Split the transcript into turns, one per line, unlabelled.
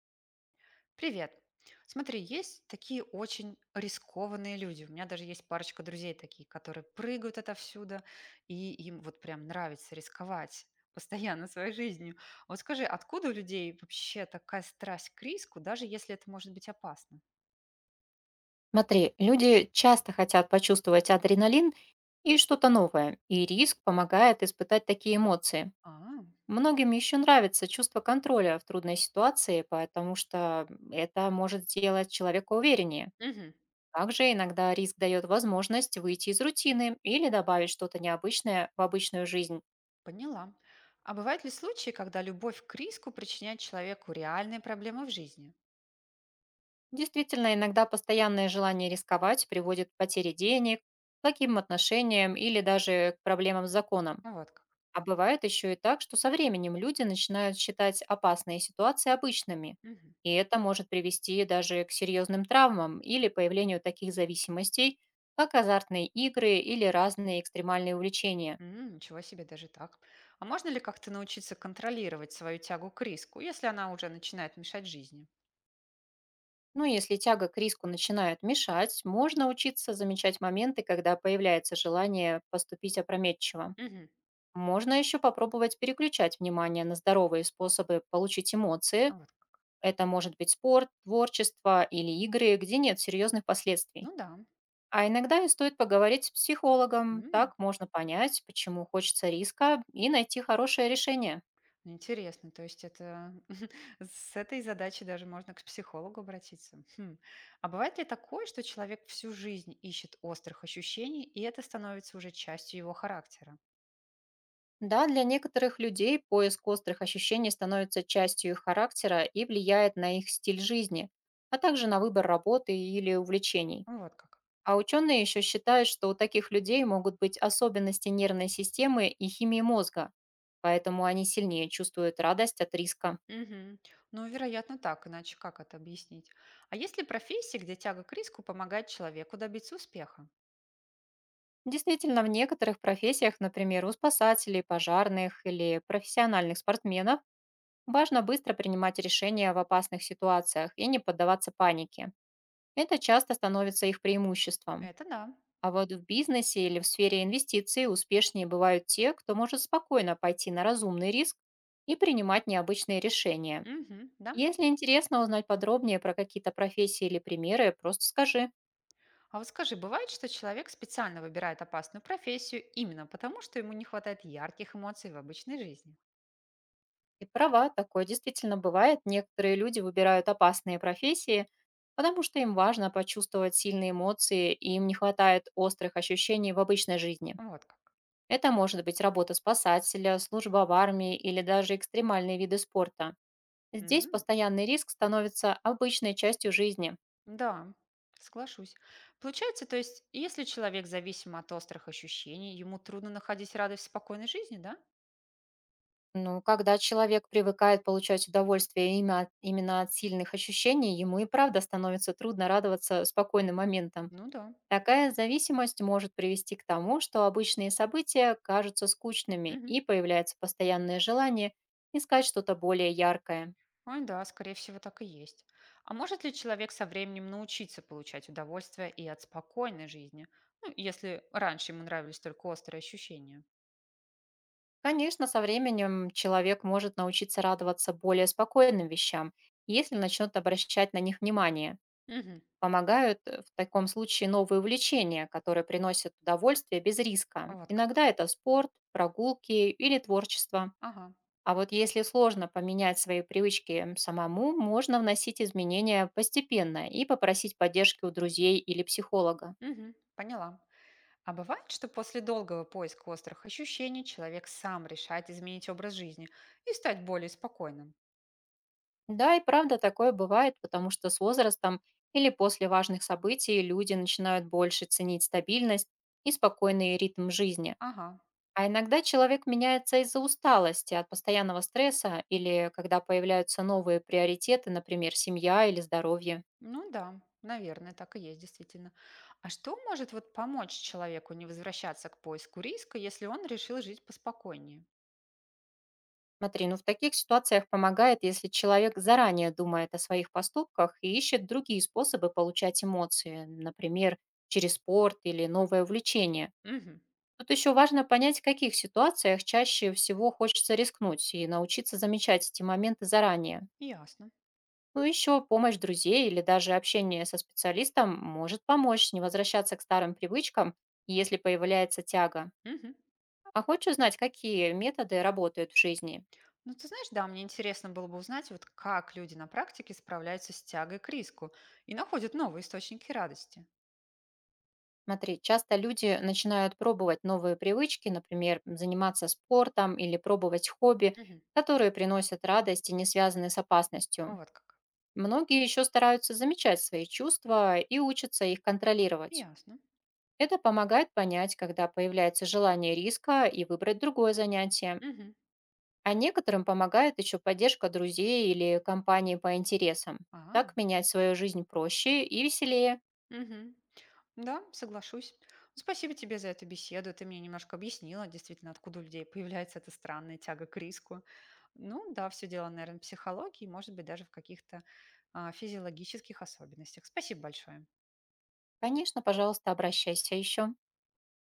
Привет. Смотри, есть такие очень рискованные люди. У меня даже есть парочка друзей такие, которые прыгают отовсюду, и им вот прям нравится рисковать постоянно своей жизнью. Вот скажи, откуда у людей вообще такая страсть к риску, даже если это может быть опасно?
Смотри, люди часто хотят почувствовать адреналин и что-то новое, и риск помогает испытать такие эмоции.
А,
Многим еще нравится чувство контроля в трудной ситуации, потому что это может сделать человека увереннее.
мгм,
Также иногда риск дает возможность выйти из рутины или добавить что-то необычное в обычную жизнь.
поняла. А бывают ли случаи, когда любовь к риску причиняет человеку реальные проблемы в жизни?
Действительно, иногда постоянное желание рисковать приводит к потере денег, плохим отношениям или даже к проблемам с законом.
Ну, вот как.
А бывает еще и так, что со временем люди начинают считать опасные ситуации обычными,
Мгм.
и это может привести даже к серьезным травмам или появлению таких зависимостей, как азартные игры или разные экстремальные увлечения.
М, ничего себе, даже так. А можно ли как-то научиться контролировать свою тягу к риску, если она уже начинает мешать жизни?
Ну, если тяга к риску начинает мешать, можно учиться замечать моменты, когда появляется желание поступить опрометчиво.
Мгм.
Можно еще попробовать переключать внимание на здоровые способы получить
А
эмоции.
вот как.
Это может быть спорт, творчество или игры, где нет серьезных последствий.
Ну да.
А иногда и стоит поговорить с психологом,
М,
так можно понять, почему хочется риска, и найти хорошее решение.
интересно, то есть это с этой задачей даже можно к психологу обратиться. Хм. А бывает ли такое, что человек всю жизнь ищет острых ощущений, и это становится уже частью его характера?
Да, для некоторых людей поиск острых ощущений становится частью их характера и влияет на их стиль жизни, а также на выбор работы или увлечений.
Ну вот как.
А ученые еще считают, что у таких людей могут быть особенности нервной системы и химии мозга, поэтому они сильнее чувствуют радость от риска.
Мгм. Ну, вероятно, так, иначе как это объяснить? А есть ли профессии, где тяга к риску помогает человеку добиться успеха?
Действительно, в некоторых профессиях, например, у спасателей, пожарных или профессиональных спортсменов, важно быстро принимать решения в опасных ситуациях и не поддаваться панике. Это часто становится их преимуществом.
Это да.
А вот в бизнесе или в сфере инвестиций успешнее бывают те, кто может спокойно пойти на разумный риск и принимать необычные решения.
Мгм. Да.
Если интересно узнать подробнее про какие-то профессии или примеры, просто скажи.
А вот скажи, бывает, что человек специально выбирает опасную профессию именно потому, что ему не хватает ярких эмоций в обычной жизни?
Ты права, такое действительно бывает. Некоторые люди выбирают опасные профессии, потому что им важно почувствовать сильные эмоции, и им не хватает острых ощущений в обычной жизни.
Вот как.
Это может быть работа спасателя, служба в армии или даже экстремальные виды спорта. Здесь
М,
постоянный риск становится обычной частью жизни.
да, соглашусь. Получается, то есть, если человек зависим от острых ощущений, ему трудно находить радость в спокойной жизни, да?
Ну, когда человек привыкает получать удовольствие именно от сильных ощущений, ему и правда становится трудно радоваться спокойным моментам.
Ну да.
Такая зависимость может привести к тому, что обычные события кажутся скучными
Мгм.
и появляется постоянное желание искать что-то более яркое.
Ой, да, скорее всего, так и есть. А может ли человек со временем научиться получать удовольствие и от спокойной жизни, ну, если раньше ему нравились только острые ощущения?
Конечно, со временем человек может научиться радоваться более спокойным вещам, если начнет обращать на них внимание.
Мгм.
Помогают в таком случае новые увлечения, которые приносят удовольствие без риска.
Вот как.
Иногда это спорт, прогулки или творчество.
Ага.
А вот если сложно поменять свои привычки самому, можно вносить изменения постепенно и попросить поддержки у друзей или психолога.
Мгм. Поняла. А бывает, что после долгого поиска острых ощущений человек сам решает изменить образ жизни и стать более спокойным.
Да, и правда такое бывает, потому что с возрастом или после важных событий люди начинают больше ценить стабильность и спокойный ритм жизни.
Ага.
А иногда человек меняется из-за усталости от постоянного стресса или когда появляются новые приоритеты, например, семья или здоровье.
Ну да, наверное, так и есть действительно. А что может вот помочь человеку не возвращаться к поиску риска, если он решил жить поспокойнее?
Смотри, ну в таких ситуациях помогает, если человек заранее думает о своих поступках и ищет другие способы получать эмоции, например, через спорт или новое увлечение.
Мгм,
Тут еще важно понять, в каких ситуациях чаще всего хочется рискнуть, и научиться замечать эти моменты заранее.
ясно.
Ну еще помощь друзей или даже общение со специалистом может помочь не возвращаться к старым привычкам, если появляется тяга.
Мгм.
А хочешь узнать, какие методы работают в жизни?
Ну, ты знаешь, да, мне интересно было бы узнать, вот как люди на практике справляются с тягой к риску и находят новые источники радости.
Смотри, часто люди начинают пробовать новые привычки, например, заниматься спортом или пробовать хобби,
Мгм.
которые приносят радость и не связаны с опасностью.
Вот как.
Многие еще стараются замечать свои чувства и учатся их контролировать.
Ясно.
Это помогает понять, когда появляется желание риска и выбрать другое занятие.
Мгм.
А некоторым помогает еще поддержка друзей или компании по интересам.
А,
Так менять свою жизнь проще и веселее.
мгм. Да, соглашусь. Спасибо тебе за эту беседу. Ты мне немножко объяснила, действительно, откуда у людей появляется эта странная тяга к риску. Ну да, все дело, наверное, в психологии, может быть, даже в каких-то физиологических особенностях. Спасибо большое.
Конечно, пожалуйста, обращайся еще.